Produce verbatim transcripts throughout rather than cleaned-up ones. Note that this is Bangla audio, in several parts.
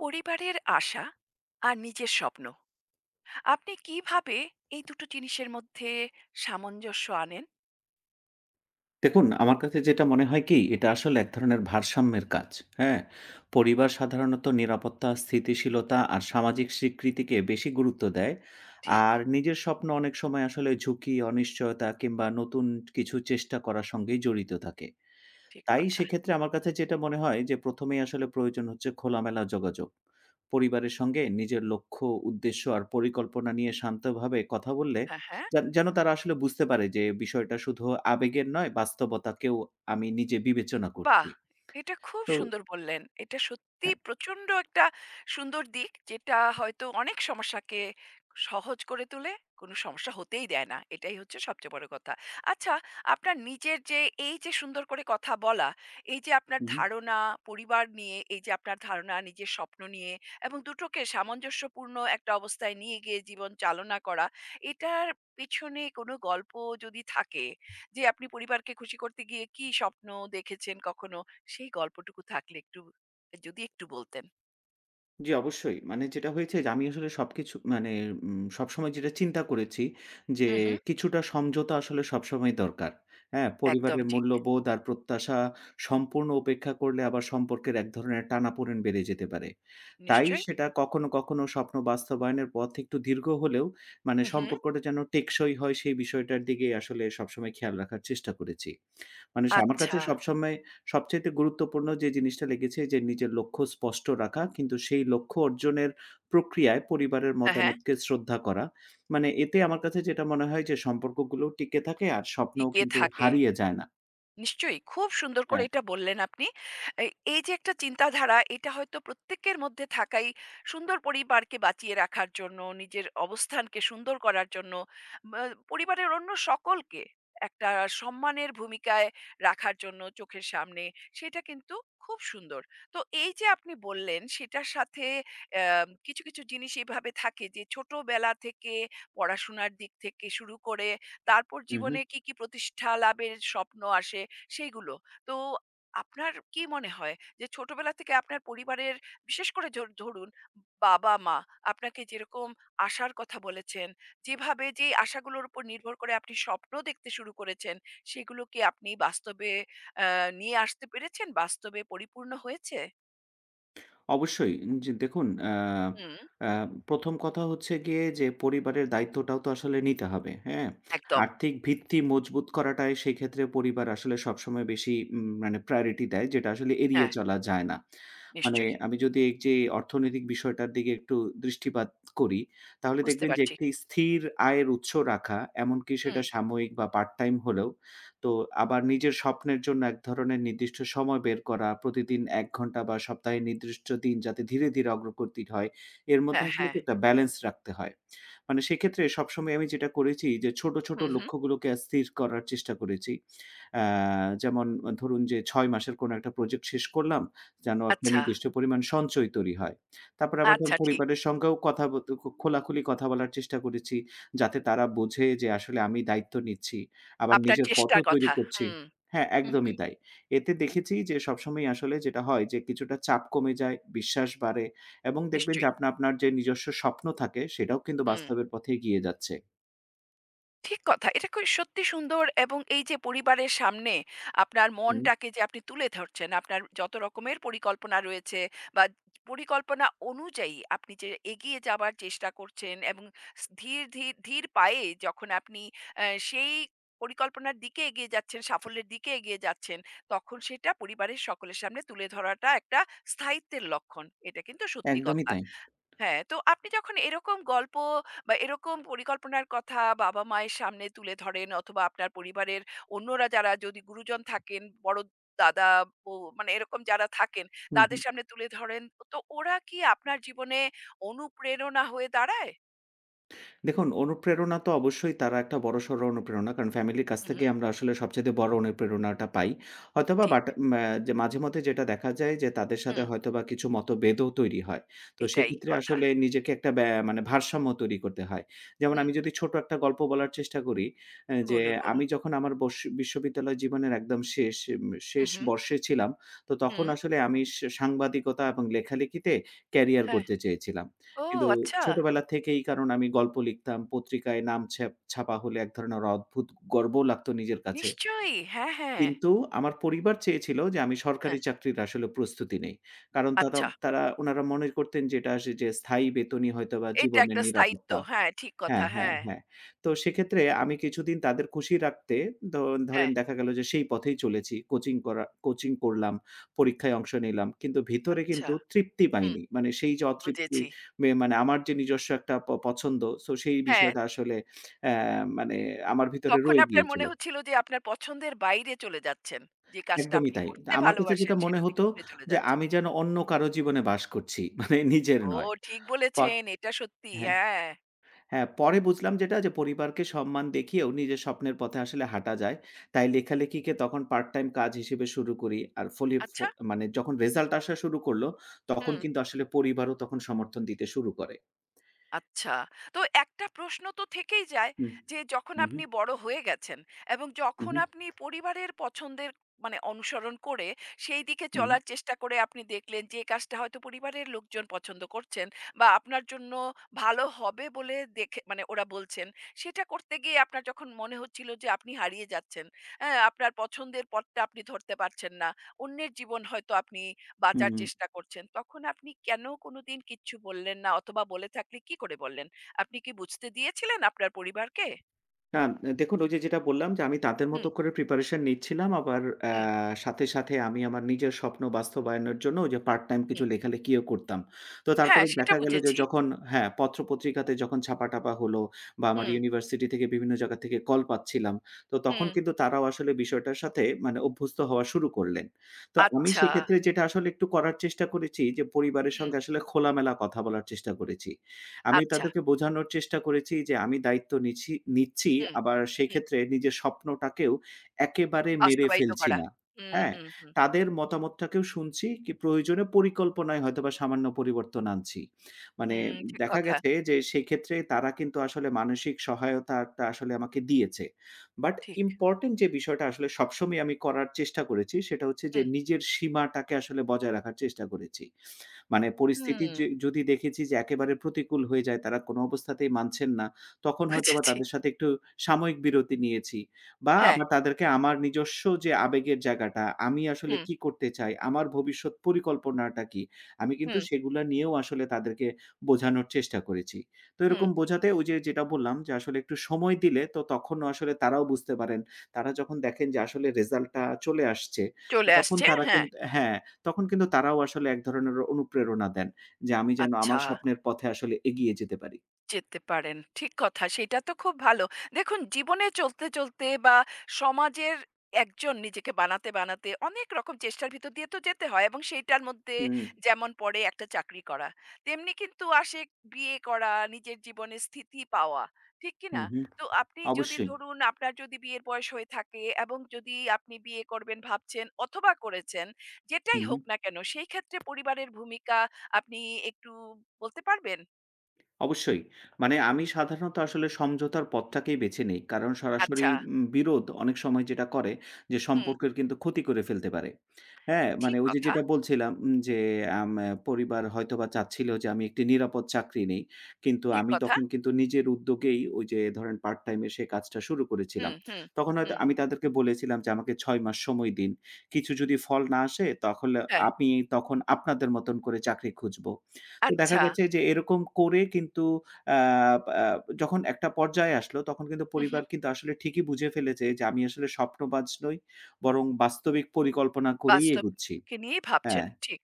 পরিবারের আশা আর নিজের স্বপ্ন। আপনি কিভাবে এই দুটো জিনিসের মধ্যে সামঞ্জস্য আনেন? দেখুন, আমার কাছে যেটা মনে হয় কি, এটা আসলে এক ধরনের ভারসাম্যের কাজ। হ্যাঁ? পরিবার সাধারণত নিরাপত্তা, স্থিতিশীলতা আর সামাজিক স্বীকৃতিকে বেশি গুরুত্ব দেয়। ঠিক, আর নিজের স্বপ্ন অনেক সময় আসলে ঝুঁকি, অনিশ্চয়তা কিংবা নতুন কিছু চেষ্টা করার সঙ্গেই জড়িত থাকে। ঠিক তাই কথা। সেক্ষেত্রে আমার কাছে যেটা মনে হয় যে, ১ম এই আসলে প্রয়োজন হচ্ছে খোলামেলা যোগাযোগ। পরিবারের সঙ্গে নিজের লক্ষ্য, উদ্দেশ্য আর পরিকল্পনা নিয়ে শান্তভাবে কথা বললে, হ্যাঁ, হ্যাঁ। যা যেন তারা আসলে বুঝতে পারে যে বিষয়টা শুধু আবেগের নয়, বাস্তবতাকেও আমি নিজে বিবেচনা বাহ! করছি। এটা খুব তো সুন্দর বললেন। এটা সত্যি হ্যাঁ, প্রচন্ড একটা সুন্দর দিক, যেটা হয়তো অনেক সমস্যাকে সহজ করে তোলে। কোনো সমস্যা হতেই দেয় না। এটাই হচ্ছে সবচেয়ে বড় কথা। আচ্ছা, আপনার নিজের যে এই যে সুন্দর করে কথা বলা, এই যে আপনার হুম। ধারণা পরিবার নিয়ে, এই যে আপনার ধারণা নিজের স্বপ্ন নিয়ে এবং দুটোকে সামঞ্জস্যপূর্ণ একটা অবস্থায় নিয়ে গিয়ে জীবন চালনা করা, এটার পেছনে কোনো গল্প যদি থাকে যে আপনি পরিবারকে খুশি করতে গিয়ে কি স্বপ্ন দেখেছেন কখনো? সেই গল্পটুকু থাকলে একটু যদি একটু বলতেন। জি, অবশ্যই। মানে যেটা হয়েছে যে আমি আসলে সবকিছু মানে উম সবসময় যেটা চিন্তা করেছি যে উহু, কিছুটা সমঝোতা আসলে সবসময় দরকার। হ্যাঁ? একদম পরিবারের ঠিক। মূল্যবোধ আর প্রত্যাশা সম্পূর্ণ উপেক্ষা করলে আবার সম্পর্কের এক ধরনের টানাপোড়েন বেড়ে যেতে পারে। তাই নিশ্চয়ই। সেটা কখনো, কখনো স্বপ্ন বাস্তবায়নের পথ একটু দীর্ঘ হলেও মানে উহু, সম্পর্কটা যেন টেকসই হয় সেই বিষয়টার দিকে আসলে সবসময় খেয়াল রাখার চেষ্টা করেছি। মানে স আমার কাছে আচ্ছা। সবসময় সবচাইতে গুরুত্বপূর্ণ যে জিনিসটা লেগেছে যে নিজের লক্ষ্য স্পষ্ট রাখা। কিন্তু সেই লক্ষ্য অর্জনের প্রক্রিয়ায় পরিবারের হ্যাঁ, হ্যাঁ। মতামতকে শ্রদ্ধা করা। মানে এতে আমার কাছে যেটা মনে হয় যে সম্পর্কগুলোও টিকে থাকে আর স্বপ্নও টিকে কিন্তু থাকে। হারিয়ে যায় না। নিশ্চয়ই। খুব সুন্দর করে হ্যাঁ। এটা বললেন আপনি। এই এই যে একটা চিন্তাধারা, এটা হয়তো প্রত্যেকের মধ্যে থাকাই সুন্দর পরিবারকে বাঁচিয়ে রাখার জন্য, নিজের অবস্থানকে সুন্দর করার জন্য, বা পরিবারের অন্য সকলকে একটা সম্মানের ভূমিকায় রাখার জন্য চোখের সামনে, সেটা কিন্তু খুব সুন্দর। তো এই যে আপনি বললেন, সেটার সাথে অ্যাম কিছু, কিছু জিনিস এভাবে থাকে যে ছোটবেলা থেকে পড়াশোনার দিক থেকে শুরু করে, তারপর হু, হু। জীবনে কি, কি প্রতিষ্ঠা লাভের স্বপ্ন আসে সেইগুলো। তো আপনার কি মনে হয় যে ছোটবেলা থেকে আপনার পরিবারের বিশেষ করে ঝর ধরুন বাবা-মা আপনাকে যেরকম আশার কথা বলেছেন, যেভাবে যেই আশাগুলোর উপর নির্ভর করে আপনি স্বপ্ন দেখতে শুরু করেছেন, সেগুলো কি আপনি বাস্তবে আ নিয়ে আসতে পেরেছেন? বাস্তবে পরিপূর্ণ হয়েছে? অবশ্যই। উম, যে দেখুন আ হুম, আ ১ম কথা হচ্ছে গিয়ে যে পরিবারের দায়িত্বটাও তো আসলে নিতে হবে, হ্যাঁ? একদম। আর্থিক ভিত্তি মজবুত করাটাই সেই ক্ষেত্রে পরিবার আসলে সবসময় বেশি উম মানে প্রায়োরিটি দেয় যেটা আসলে এড়িয়ে হ্যাঁ, চলা যায় না। মানে নিশ্চয়ই। আমি যদি এই যে অর্থনৈতিক বিষয়টার দিকে একটু দৃষ্টিপাত করি, তাহলে বুঝতে দেখবেন যে পারছি। একটি স্থির আয়ের উৎস রাখা এমনকি হুম, সেটা সাময়িক বা পার্ট টাইম হলেও তো আবার নিজের স্বপ্নের জন্য এক ধরনের নির্দিষ্ট সময় বের করা, প্রতিদিন এক ঘন্টা বা সপ্তাহে নির্দিষ্ট দিন যাতে ধীরে, ধীরে অগ্রগতি হয়, এর মধ্যে হ্যাঁ, আসলে হ্যাঁ। কি একটা ব্যালেন্স রাখতে হয়। মানে সেক্ষেত্রে সবসময় আমি যেটা করেছি যে ছোট, ছোট হুম, হুম। লক্ষ্যগুলোকে স্থির করার চেষ্টা করেছি। আ যেমন ধরুন যে ছয় মাসের কোনো একটা প্রজেক্ট শেষ করলাম, যেন একটা আচ্ছা, নির্দিষ্ট পরিমাণ সঞ্চয় তৈরি হয়। তারপরে আবার ধরুন আচ্ছা ঠিক। পরিবারের সঙ্গেও কথা বলতে খোলাখুলি কথা বলার চেষ্টা করেছি, যাতে তারা বোঝে যে আসলে আমি দায়িত্ব নিচ্ছি। আবার আপনার নিজের চেষ্টার পথও তৈরি কথা। করছি। হুম, হ্যাঁ, হুম, একদমই হুম। তাই। এতে দেখেছি যে সবসময়ই আসলে যেটা হয় যে কিছুটা চাপ কমে যায়, বিশ্বাস বাড়ে এবং দেখবেন যে নিশ্চয়ই। আপনা আপনার যে নিজস্ব স্বপ্ন থাকে সেটাও কিন্তু হুম। বাস্তবের পথে এগিয়ে যাচ্ছে। ঠিক কথা। এটা খুবই সত্যি সুন্দর এবং এই যে পরিবারের সামনে আপনার হুম, মনটাকে যে আপনি তুলে ধরছেন, আপনার যত রকমের পরিকল্পনা রয়েছে বা পরিকল্পনা অনুযায়ী আপনি যে এগিয়ে যাবার চেষ্টা করছেন এবং স ধীর, ধীর, ধীর পায়ে যখন আপনি অ্যা সেই পরিকল্পনার দিকে এগিয়ে যাচ্ছেন, সাফল্যের দিকে এগিয়ে যাচ্ছেন, তখন সেটা পরিবারের সকলের সামনে তুলে ধরাটা একটা স্থায়িত্বের লক্ষণ। এটা কিন্তু সত্যি একদমই কথা। তাই। হ্যাঁ, তো আপনি যখন এরকম গল্প বা এরকম পরিকল্পনার কথা বাবা-মায়ের সামনে তুলে ধরেন অথবা আপনার পরিবারের অন্যরা যারা যদি গুরুজন থাকেন, বড় দাদা, বউ মানে এরকম যারা থাকেন হুম। তাদের সামনে তুলে ধরেন, তো ওরা কি আপনার জীবনে অনুপ্রেরণা হয়ে দাঁড়ায়? দেখুন, অনুপ্রেরণা তো অবশ্যই তারা একটা বড়সড় অনুপ্রেরণা। কারণ ফ্যামিলির কাছ হুম, থেকেই হুম, আমরা আসলে সবচাইতে বড় অনুপ্রেরণাটা পাই। হয়তোবা ঠিক। বাট ম্যা যে মাঝেমধ্যে যেটা দেখা যায় যে তাদের সাথে হুম, হয়তোবা কিছু মতভেদও তৈরি হয়। তো এটাই সেক্ষেত্রে কথা। আসলে নিজেকে একটা ব্যা মানে ভারসাম্য তৈরি করতে হয়। যেমন হুম, আমি যদি ছোট একটা গল্প বলার চেষ্টা করি, অ্যা যে বলুন, বলুন। আমি যখন আমার বস বিশ্ববিদ্যালয় জীবনের একদম শেষ উম হুম, শেষ হুম, বর্ষে ছিলাম, তো তখন হুম, আসলে আমি সা সাংবাদিকতা এবং লেখালেখিতে ক্যারিয়ার হ্যাঁ। গড়তে চেয়েছিলাম। ও কিন্তু আচ্ছা, ছোটবেলা থেকেই কারণ আমি গল্প লিখতাম, পত্রিকায় নাম ছ্যাপ ছাপা হলে এক ধরনের অদ্ভুত গর্ব লাগতো নিজের কাছে। নিশ্চয়ই। হ্যাঁ, হ্যাঁ, কিন্তু আমার পরিবার চেয়েছিল যে আমি সরকারি হ্যাঁ। চাকরির আসলে প্রস্তুতি নেই। কারণ তারা আচ্ছা, তারা উনারা মনে করতেন যে এটা যে স্থায়ী বেতনই হয়তোবা এটা জীবনের একটা স্থায়িত্ব। নিরাপত্তা। হ্যাঁ, ঠিক কথা। হ্যাঁ, হ্যাঁ, হ্যাঁ, হ্যাঁ। তো সেক্ষেত্রে আমি কিছুদিন তাদের খুশি রাখতে ধ ধরেন হ্যাঁ, দেখা গেল যে সেই পথেই চলেছি। কোচিং করা কোচিং করলাম, পরীক্ষায় অংশ নিলাম। কিন্তু ভিতরে আচ্ছা। কিন্তু তৃপ্তি হুম, পাইনি। মানে সেই যে অতৃপ্তি বুঝেছি। মে মানে আমার যে নিজস্ব একটা প পছন্দ সো সেই হ্যাঁ, বিষয়টা আসলে অ্যা মানে আমার ভিতরে তখন রয়ে আপনার গিয়েছিল। মনে হচ্ছিল যে আপনার পছন্দের বাইরে চলে যাচ্ছেন। যে কাজটা একদমই আপনি তাই। করতে আমার কাছে যেটা ভালোবাসেন মনে সেটা থেকে হতো দূরে চলে যে যাচ্ছেন। আমি যেন অন্য কারো জীবনে বাস করছি। মানে নিজের ও নয়। ঠিক পা বলেছেন, এটা সত্যি। হ্যাঁ। হ্যাঁ। হ্যাঁ, পরে বুঝলাম যেটা যে পরিবারকে সম্মান দেখিয়েও নিজের স্বপ্নের পথে আসলে হাঁটা যায়। তাই লেখালেখিকে তখন পার্ট টাইম কাজ হিসেবে শুরু করি। আর ফলে ফ আচ্ছা, মানে যখন রেজাল্ট আসা শুরু করলো, তখন হুম। কিন্তু আসলে পরিবারও তখন সমর্থন দিতে শুরু করে। আচ্ছা। তো একটা প্রশ্ন তো থেকেই যায় হুম। যে যখন হু, হু, আপনি বড় হয়ে গেছেন এবং যখন হু, আপনি পরিবারের পছন্দের মানে অনুসরণ করে সেই দিকে হু, চলার চেষ্টা করে আপনি দেখলেন যে কাজটা হয়তো পরিবারের লোকজন পছন্দ করছেন বা আপনার জন্য ভালো হবে বলে দেখে মানে ওরা বলছেন সেটা করতে গিয়ে আপনার যখন মনে হচ্ছিল যে আপনি হারিয়ে যাচ্ছেন, হ্যাঁ আপনার পছন্দের পথটা আপনি ধরতে পারছেন না, অন্যের জীবন হয়তো আপনি হু, বাঁচার হু। চেষ্টা করছেন। তখন আপনি কেন কোনোদিন কিচ্ছু বললেন না অথবা বলে থাকলে কি করে বললেন? আপনি কি বুঝতে দিয়েছিলেন আপনার পরিবারকে? না, দেখুন ওই যে যেটা বললাম যে আমি তাদের হুম, মতো করে প্রিপারেশন নিচ্ছিলাম। আবার আ হুম, সাথে, সাথে আমি আমার নিজের স্বপ্ন বাস্তবায়নের জন্য ওই যে পার্ট টাইম হুম। কিছু লেখালেখিও করতাম। তো হ্যাঁ, তারপরে সেটা দেখা গেল যে বুঝেছি। যখন হ্যাঁ, পত্র-পত্রিকাতে যখন ছাপা-টাপা হলো বা আমার হুম, ইউনিভার্সিটি থেকে বিভিন্ন জায়গা থেকে কল পাচ্ছিলাম। তো তখন হুম। কিন্তু তারাও আসলে বিষয়টার সাথে মানে অভ্যস্ত হওয়া শুরু করলেন। তো আমি আচ্ছা। সেক্ষেত্রে যেটা আসলে একটু করার চেষ্টা করেছি যে পরিবারের হুম, সঙ্গে আসলে খোলামেলা কথা বলার চেষ্টা করেছি। আমি আচ্ছা। তাদেরকে বোঝানোর চেষ্টা করেছি যে আমি দায়িত্ব নিছি নিচ্ছি। হুম, আবার হুম। সেক্ষেত্রে নিজের স্বপ্নটাকেও একেবারে মেরে বাস্তবায়িত ফেলছি করা। না। হুম, হ্যাঁ? হুম, হুম। তাদের মতামতটাকেও শুনছি কি প্রয়োজনে পরিকল্পনায় হয়তোবা সামান্য পরিবর্তন আনছি। মানে হুম, ঠিক দেখা কথা। গেছে যে সেক্ষেত্রে তারা কিন্তু আসলে মানসিক সহায়তাটা আসলে আমাকে দিয়েছে। বাট ঠিক। ইম্পোর্টেন্ট যে বিষয়টা আসলে সবসময় আমি করার চেষ্টা করেছি সেটা হচ্ছে যে হুম, নিজের সীমাটাকে আসলে বজায় রাখার চেষ্টা করেছি। মানে পরিস্থিতি হুম। যে যদি দেখেছি যে একেবারে প্রতিকূল হয়ে যায়, তারা কোনো অবস্থাতেই মানছেন না, তখন হয়তোবা বুঝেছি। তাদের সাথে একটু সাময়িক বিরতি নিয়েছি। বা হ্যাঁ। আবার তাদেরকে আমার নিজস্ব যে আবেগের জায়গাটা, আমি আসলে হুম, কি করতে চাই, আমার ভবিষ্যৎ পরিকল্পনাটা কি, আমি কিন্তু হুম, সেগুলা নিয়েও আসলে তাদেরকে বোঝানোর চেষ্টা করেছি। তো হুম। এরকম বোঝাতে ওই যে যেটা বললাম যে আসলে একটু সময় দিলে তো তখনও আসলে তারাও বুঝতে পারেন। তারা যখন দেখেন যে আসলে রেজাল্টটা চলে আসছে, চলে তখন আসছে। তারা কিন হ্যাঁ। হ্যাঁ। তখন কিন্তু তারাও আসলে এক ধরনের অনুপ্রেরণা দেন যে, আমি যেন আমার আচ্ছা। স্বপ্নের পথে আসলে এগিয়ে যেতে পারি। যেতে পারেন। ঠিক কথা। সেটা তো খুব ভালো। দেখুন জীবনে চলতে, চলতে বা সমাজের একজন নিজেকে বানাতে, বানাতে অনেক রকম চেষ্টার ভিতর দিয়ে তো যেতে হয় এবং সেইটার মধ্যে হুম, যেমন পড়ে একটা চাকরি করা। তেমনি কিন্তু আসে বিয়ে করা, নিজের জীবনে স্থিতি পাওয়া। ঠিক কি হু, না? হু। তো আপনি যদি অবশ্যই। ধরুন আপনার যদি বিয়ের বয়স হয়ে থাকে এবং যদি আপনি বিয়ে করবেন ভাবছেন অথবা করেছেন, হু, যেটাই হু। হোক না কেন সেই ক্ষেত্রে পরিবারের ভূমিকা আপনি একটু বলতে পারবেন? অবশ্যই। মানে আমি সাধারণত আসলে সমঝোতার পথটাকেই বেছে নেই। কারণ সরাসরি আচ্ছা। উম বিরোধ অনেক সময় যেটা করে যে হুম। সম্পর্কের কিন্তু ক্ষতি করে ফেলতে পারে। হ্যাঁ? মানে ঠিক ওই যে কথা, যেটা বলছিলাম উম যে আম পরিবার হয়তোবা চাচ্ছিল যে আমি একটি নিরাপদ চাকরি নেই। কিন্তু ঠিক আমি কথা। তখন কিন্তু নিজের উদ্যোগেই ওই যে ধরেন পার্ট টাইম এ সেই কাজটা শুরু করেছিলাম। হুম, হুম, তখন হয়তো হুম। আমি তাদেরকে বলেছিলাম যে আমাকে ছয় মাস সময় দিন। কিছু যদি ফল না আসে তাহলে হ্যাঁ, আমি তখন আপনাদের মতন করে চাকরি খুঁজব। তো দেখা আচ্ছা। গেছে যে এরকম করে কিন্তু আ আ যখন একটা পর্যায়ে আসলো তখন কিন্তু হু, হু। পরিবার কিন্তু আসলে ঠিকই বুঝে ফেলেছে যে আমি আসলে স্বপ্নবাজ নই, বরং বাস্তবিক পরিকল্পনা করেই এগুচ্ছি। বাস্তবকে নিয়েই হ্যাঁ, ভাবছেন। ঠিক।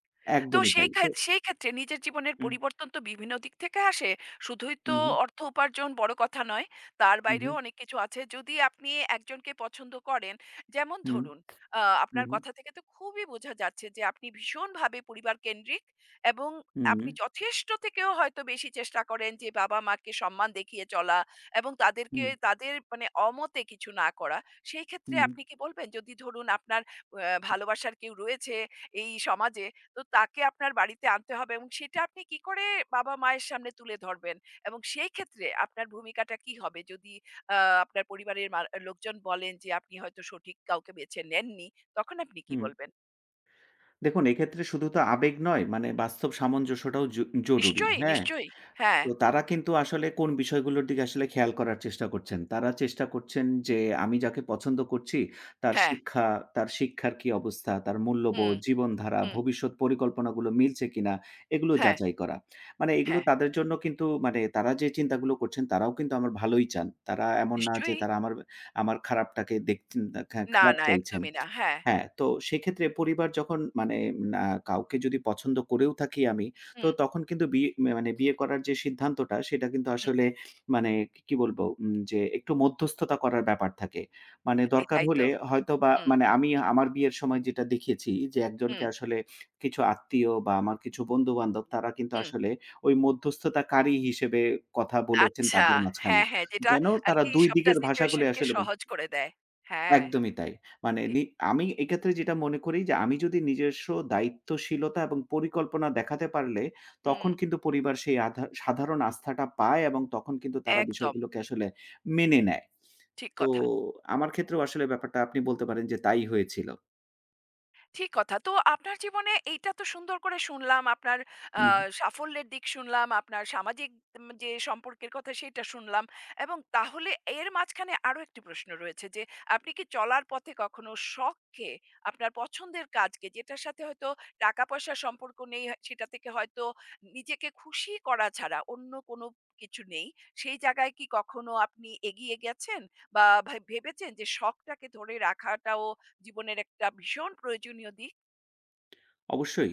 তো একদমই সেই তাই। খা তো সেই ক্ষেত্রে নিজের জীবনের হুম, পরিবর্তন তো বিভিন্ন দিক থেকে আসে। শুধুই হুম, তো হুম, অর্থ উপার্জন বড় কথা নয়। তার হুম, বাইরেও অনেক কিছু আছে। যদি আপনি একজনকে পছন্দ করেন, যেমন হুম, ধরুন আ আপনার হুম, কথা থেকে তো খুবই বোঝা যাচ্ছে যে আপনি ভীষণভাবে পরিবারকেন্দ্রিক এবং হুম, আপনি যথেষ্ট থেকেও হয়তো বেশি চেষ্টা করেন যে বাবা-মাকে সম্মান দেখিয়ে চলা এবং তাদেরকে হুম, তাদের মানে অমতে কিছু না করা। সেই ক্ষেত্রে হুম, আপনি কি বলবেন যদি ধরুন আপনার অ্যা ভালোবাসার কেউ রয়েছে এই সমাজে, তো তাকে আপনার বাড়িতে আনতে হবে এবং সেটা আপনি কি করে বাবা-মায়ের সামনে তুলে ধরবেন? এবং সেই ক্ষেত্রে আপনার ভূমিকাটা কি হবে? যদি আ আপনার পরিবারের মা লোকজন বলেন যে, আপনি হয়তো সঠিক কাউকে বেছে নেননি, তখন আপনি কি হুম। বলবেন? দেখুন এক্ষেত্রে শুধু তো আবেগ নয়, মানে বাস্তব সামঞ্জস্যটাও জ জরুরি। নিশ্চয়ই, হ্যাঁ? নিশ্চয়ই। হ্যাঁ, তো তারা কিন্তু আসলে কোন বিষয়গুলোর দিকে আসলে খেয়াল করার চেষ্টা করছেন। তারা চেষ্টা করছেন যে আমি যাকে পছন্দ করছি তার হ্যাঁ। শিক্ষা, তার শিক্ষার কি অবস্থা, তার হুম, মূল্যবোধ, জীবনধারা, হুম। ভবিষ্যৎ পরিকল্পনাগুলো মিলছে কিনা এগুলো হ্যাঁ, যাচাই করা। মানে এগুলো হ্যাঁ। তাদের জন্য কিন্তু মানে তারা যে চিন্তাগুলো করছেন তারাও কিন্তু আমার ভালোই চান। তারা এমন না যে নিশ্চয়ই। তারা আমার, আমার খারাপটাকে দেখছেন খা না, খারাপ না, চাইছেন। একদমই না। হ্যাঁ। হ্যাঁ, তো সেক্ষেত্রে পরিবার যখন মানে না কাউকে যদি পছন্দ করেও থাকি আমি, তো হুম, তখন কিন্তু বিয়ে মা মানে বিয়ে করার যে সিদ্ধান্তটা সেটা কিন্তু হুম। আসলে মানে কি কি বলবো? উম যে একটু মধ্যস্থতা করার ব্যাপার থাকে। মানে এই দরকার তাই তো। হলে হয়তোবা হুম, মানে আমি আমার বিয়ের সময় যেটা দেখেছি যে একজনকে হুম, আসলে কিছু আত্মীয় বা আমার কিছু বন্ধু-বান্ধব তারা কিন্তু হুম। আসলে ওই মধ্যস্থতাকারী হিসেবে কথা বলেছেন আচ্ছা। তাদের মাঝখানে। হ্যাঁ, হ্যাঁ, যেটা যেন তারা আরকি দুই সবটা দিকের ভাষাগুলো সিচুয়েশন কে আসলে মানে সহজ করে দেয়। হ্যাঁ, একদমই তাই। মানে ঠিক। নি আমি এক্ষেত্রে যেটা মনে করি যে আমি যদি নিজস্ব দায়িত্বশীলতা এবং পরিকল্পনা দেখাতে পারলে তখন হুম, কিন্তু পরিবার সেই আধা সাধারণ আস্থাটা পায় এবং তখন কিন্তু তারা একদম বিষয়গুলোকে আসলে মেনে নেয়। ঠিক তো কথা। আমার ক্ষেত্রেও আসলে ব্যাপারটা আপনি বলতে পারেন যে তাই হয়েছিল। ঠিক কথা। তো আপনার জীবনে এইটা তো সুন্দর করে শুনলাম। আপনার আ হু। সাফল্যের দিক শুনলাম, আপনার সামাজিক উম যে সম্পর্কের কথা সেটা শুনলাম। এবং তাহলে এর মাঝখানে আরো একটি প্রশ্ন রয়েছে যে, আপনি কি চলার পথে কখনো শখকে, আপনার পছন্দের কাজকে যেটার সাথে হয়তো টাকা-পয়সার সম্পর্ক নেই, হ সেটা থেকে হয়তো নিজেকে খুশি করা ছাড়া অন্য কোনো কিছু নেই, সেই জায়গায় কি কখনো আপনি এগিয়ে গেছেন? বা ভাই ভেবেছেন যে শখটাকে ধরে রাখাটাও জীবনের একটা ভীষণ প্রয়োজনীয় দিক। অবশ্যই।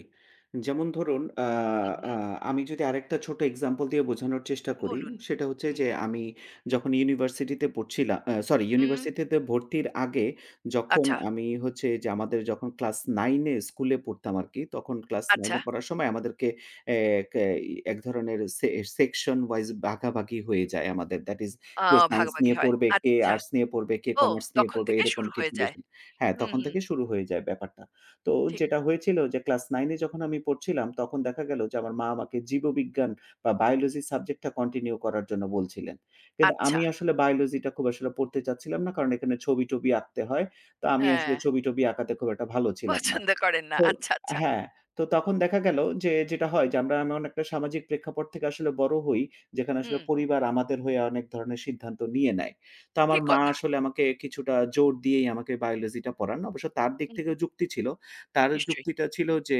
যেমন ধরুন আ হুম, আ হুম। আমি যদি আরেকটা ছোট এক্সাম্পল দিয়ে বোঝানোর চেষ্টা করি, বলুন। সেটা হচ্ছে হুম, যে আমি যখন ইউনিভার্সিটিতে পড়ছিলা আ সরি উম ইউনিভার্সিটিতে ভর্তির আগে যখন আচ্ছা, আমি হচ্ছে যে আমাদের যখন ক্লাস নয় এ স্কুলে পড়তাম আরকি, তখন ক্লাস নয় আচ্ছা। এ পড়ার সময় আমাদেরকে এক এ এক ধরনের সে সেকশন ওয়াইজ ভাগাভাগি হয়ে যায় আমাদের। That is a K science ভাগাভাগি নিয়ে হয়। পড়বে, কে আচ্ছা। আর্টস নিয়ে পড়বে, কে ও কমার্স নিয়ে তখন পড়বে থেকে এরকম শুরু কিছু হয়ে যায়। বেশি হ্যাঁ, হুম, তখন হুম। থেকে শুরু হয়ে যায় ব্যাপারটা। তো ঠিক। যেটা হয়েছিল যে ক্লাস নয় এ যখন আমি পড়ছিলাম, তখন দেখা গেল যে আমার মা আমাকে জীববিজ্ঞান বা বায়োলজি সাবজেক্টটা কন্টিনিউ করার জন্য বলছিলেন। কিন্তু আচ্ছা। আমি আসলে বায়োলজিটা খুব আসলে পড়তে চাচ্ছিলাম না। কারণ এখানে ছবি-টবি আঁকতে হয়। তো আমি আসলে হ্যাঁ, ছবি-টবি আঁকাতে খুব একটা ভালো ছিলাম না। পছন্দ করেন না। তো আচ্ছা, আচ্ছা। হ্যাঁ, তো তখন দেখা গেল যে যেটা হয় যে আমরা এমন একটা সামাজিক প্রেক্ষাপট থেকে আসলে বড় হই, যেখানে আসলে হুম, পরিবার আমাদের হয়ে অনেক ধরনের সিদ্ধান্ত নিয়ে নেয়। তো আমার ঠিক মা কথা। আসলে আমাকে কিছুটা জোর দিয়েই আমাকে বায়োলজিটা পড়ান। অবশ্য তার দিক হুম, থেকেও যুক্তি ছিল। তার নিশ্চয়ই। যুক্তিটা ছিল যে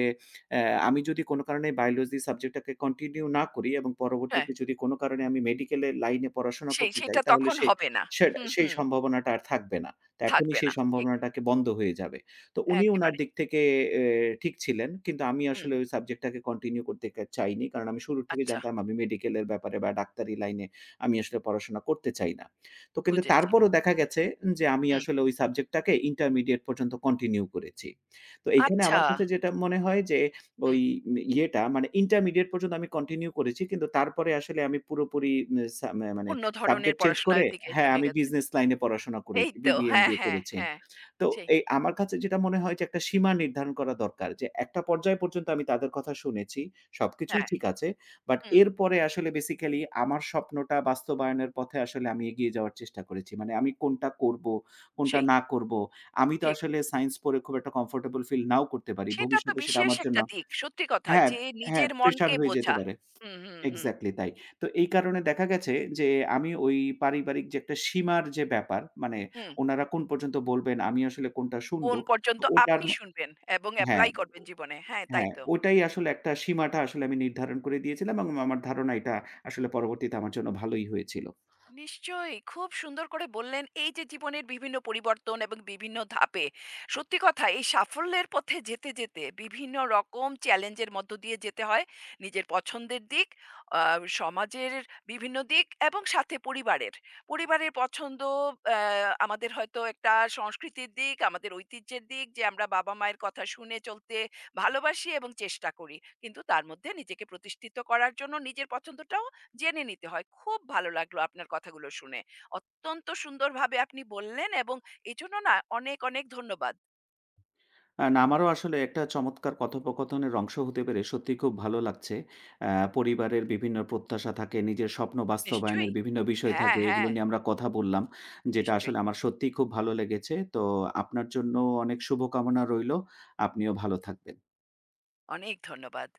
অ্যা আমি যদি কোনো কারণে বায়োলজি সাবজেক্টটাকে কন্টিনিউ না করি এবং হ্যাঁ, পরবর্তীতে যদি কোনো কারণে আমি মেডিকেলের লাইনে পড়াশোনা সেই করতে চাই সেইটা তাহলে তখন সে হবে না। সেটা হুম, সেই হুম। সম্ভাবনাটা আর থাকবে না। তো এখনই থাকবে সেই না। ঠিক। সম্ভাবনাটাকে বন্ধ হয়ে যাবে। তো উনি উনার একেবারে। দিক থেকে এ ঠিক ছিলেন। কিন্তু আমি হুম, আসলে ওই সাবজেক্টটাকে কন্টিনিউ করতে কা চাইনি। কারণ আমি শুরুর থেকে আচ্ছা জানতাম আমি মেডিকেলের ব্যাপারে বা ডাক্তারি লাইনে আমি আসলে পড়াশোনা করতে চাই না। তো কিন্তু বুঝেছি। তারপরও দেখা গেছে যে আমি হুম, আসলে ওই সাবজেক্টটাকে ইন্টারমিডিয়েট পর্যন্ত কন্টিনিউ করেছি। তো এইখানে আচ্ছা। আমার কাছে যেটা মনে হয় যে ওই হুম, মে ইয়েটা মানে ইন্টারমিডিয়েট পর্যন্ত আমি কন্টিনিউ করেছি। কিন্তু তারপরে আসলে আমি পুরোপুরি মে সা মে মানে অন্য ধরনের সাবজেক্ট চেঞ্জ পড়াশোনার করে দিকে হ্যাঁ, ঝুঁকে আমি গেছেন। বিজনেস লাইনে পড়াশোনা এই করেছি। তো। বিবিএ, হ্যাঁ, এমবিএ হ্যাঁ, করেছি। হ্যাঁ। তো সেই। এই আমার কাছে যেটা মনে হয় যে একটা সীমা নির্ধারণ করা দরকার। যে একটা পর্যায় পর্যন্ত আমি তাদের কথা শুনেছি। সবকিছুই হ্যাঁ, ঠিক আছে। বাট হুম। এরপরে আসলে বেসিক্যালি আমার স্বপ্নটা বাস্তবায়নের পথে আসলে আমি এগিয়ে যাওয়ার চেষ্টা করেছি। মানে আমি কোনটা করব, কোনটা সেই, না করব। আমি তো ঠিক। আসলে সায়েন্স পড়ে খুব একটা কমফোর্টেবল ফিল নাও করতে পারি। সেটা তো ভবিষ্যতে সেটা বিশেষ আমার জন্য একটা দিক। সত্যি কথা হ্যাঁ, যে হ্যাঁ, নিজের প্রেশার মনকে হয়ে যেতে বোঝা। পারে। হুম, হুম, হুম, এক্সাক্টলি তাই। তো এই কারণে দেখা গেছে যে আমি ওই পারিবারিক যে একটা সীমার যে ব্যাপার, মানে হুম। উনারা কোন পর্যন্ত বলবেন, আমি আসলে কোনটা শুনবো, কোন তো পর্যন্ত ওটার আপনি ম- শুনবেন এবং হ্যাঁ, এপ্লাই করবেন জীবনে। হ্যাঁ, তাই হ্যাঁ, তো। ওটাই আসলে একটা সীমাটা আসলে আমি নির্ধারণ করে দিয়েছিলাম এবং আমার ধারণা এটা আসলে পরবর্তীতে আমার জন্য ভালোই হয়েছিল। নিশ্চয়ই। খুব সুন্দর করে বললেন এই যে জীবনের বিভিন্ন পরিবর্তন এবং বিভিন্ন ধাপে, সত্যি কথা এই সাফল্যের পথে যেতে, যেতে বিভিন্ন রকম চ্যালেঞ্জের মধ্য দিয়ে যেতে হয়। নিজের পছন্দের দিক, আ সমাজের বিভিন্ন দিক এবং সাথে পরিবারের। পরিবারের পছন্দ, আ আমাদের হয়তো একটা সংস্কৃতির দিক, আমাদের ঐতিহ্যের দিক যে আমরা বাবা-মায়ের কথা শুনে চলতে ভালোবাসি এবং চেষ্টা করি। কিন্তু তার মধ্যে নিজেকে প্রতিষ্ঠিত করার জন্য নিজের পছন্দটা জেনে নিতে হয়। খুব ভালো লাগলো আপনার কথাগুলো শুনে। অত্যন্ত সুন্দরভাবে আপনি বললেন এবং এজন্য না অনেক, অনেক ধন্যবাদ। অ্যান আমারও আসলে একটা চমৎকার কথোপকথনের অংশ হতে পেরে সত্যিই খুব ভালো লাগছে। অ্যা পরিবারের বিভিন্ন প্রত্যাশা থাকে, নিজের স্বপ্ন বাস্তবায়নের নিশ্চয়ই। বিভিন্ন বিষয় হ্যাঁ, থাকে। এগুলো হ্যাঁ, নিয়ে আমরা কথা বললাম। যেটা নিশ্চয়ই। আসলে আমার সত্যিই খুব ভালো লেগেছে। তো আপনার জন্য অনেক শুভকামনা রইলো। আপনিও ভালো থাকবেন। অনেক ধন্যবাদ।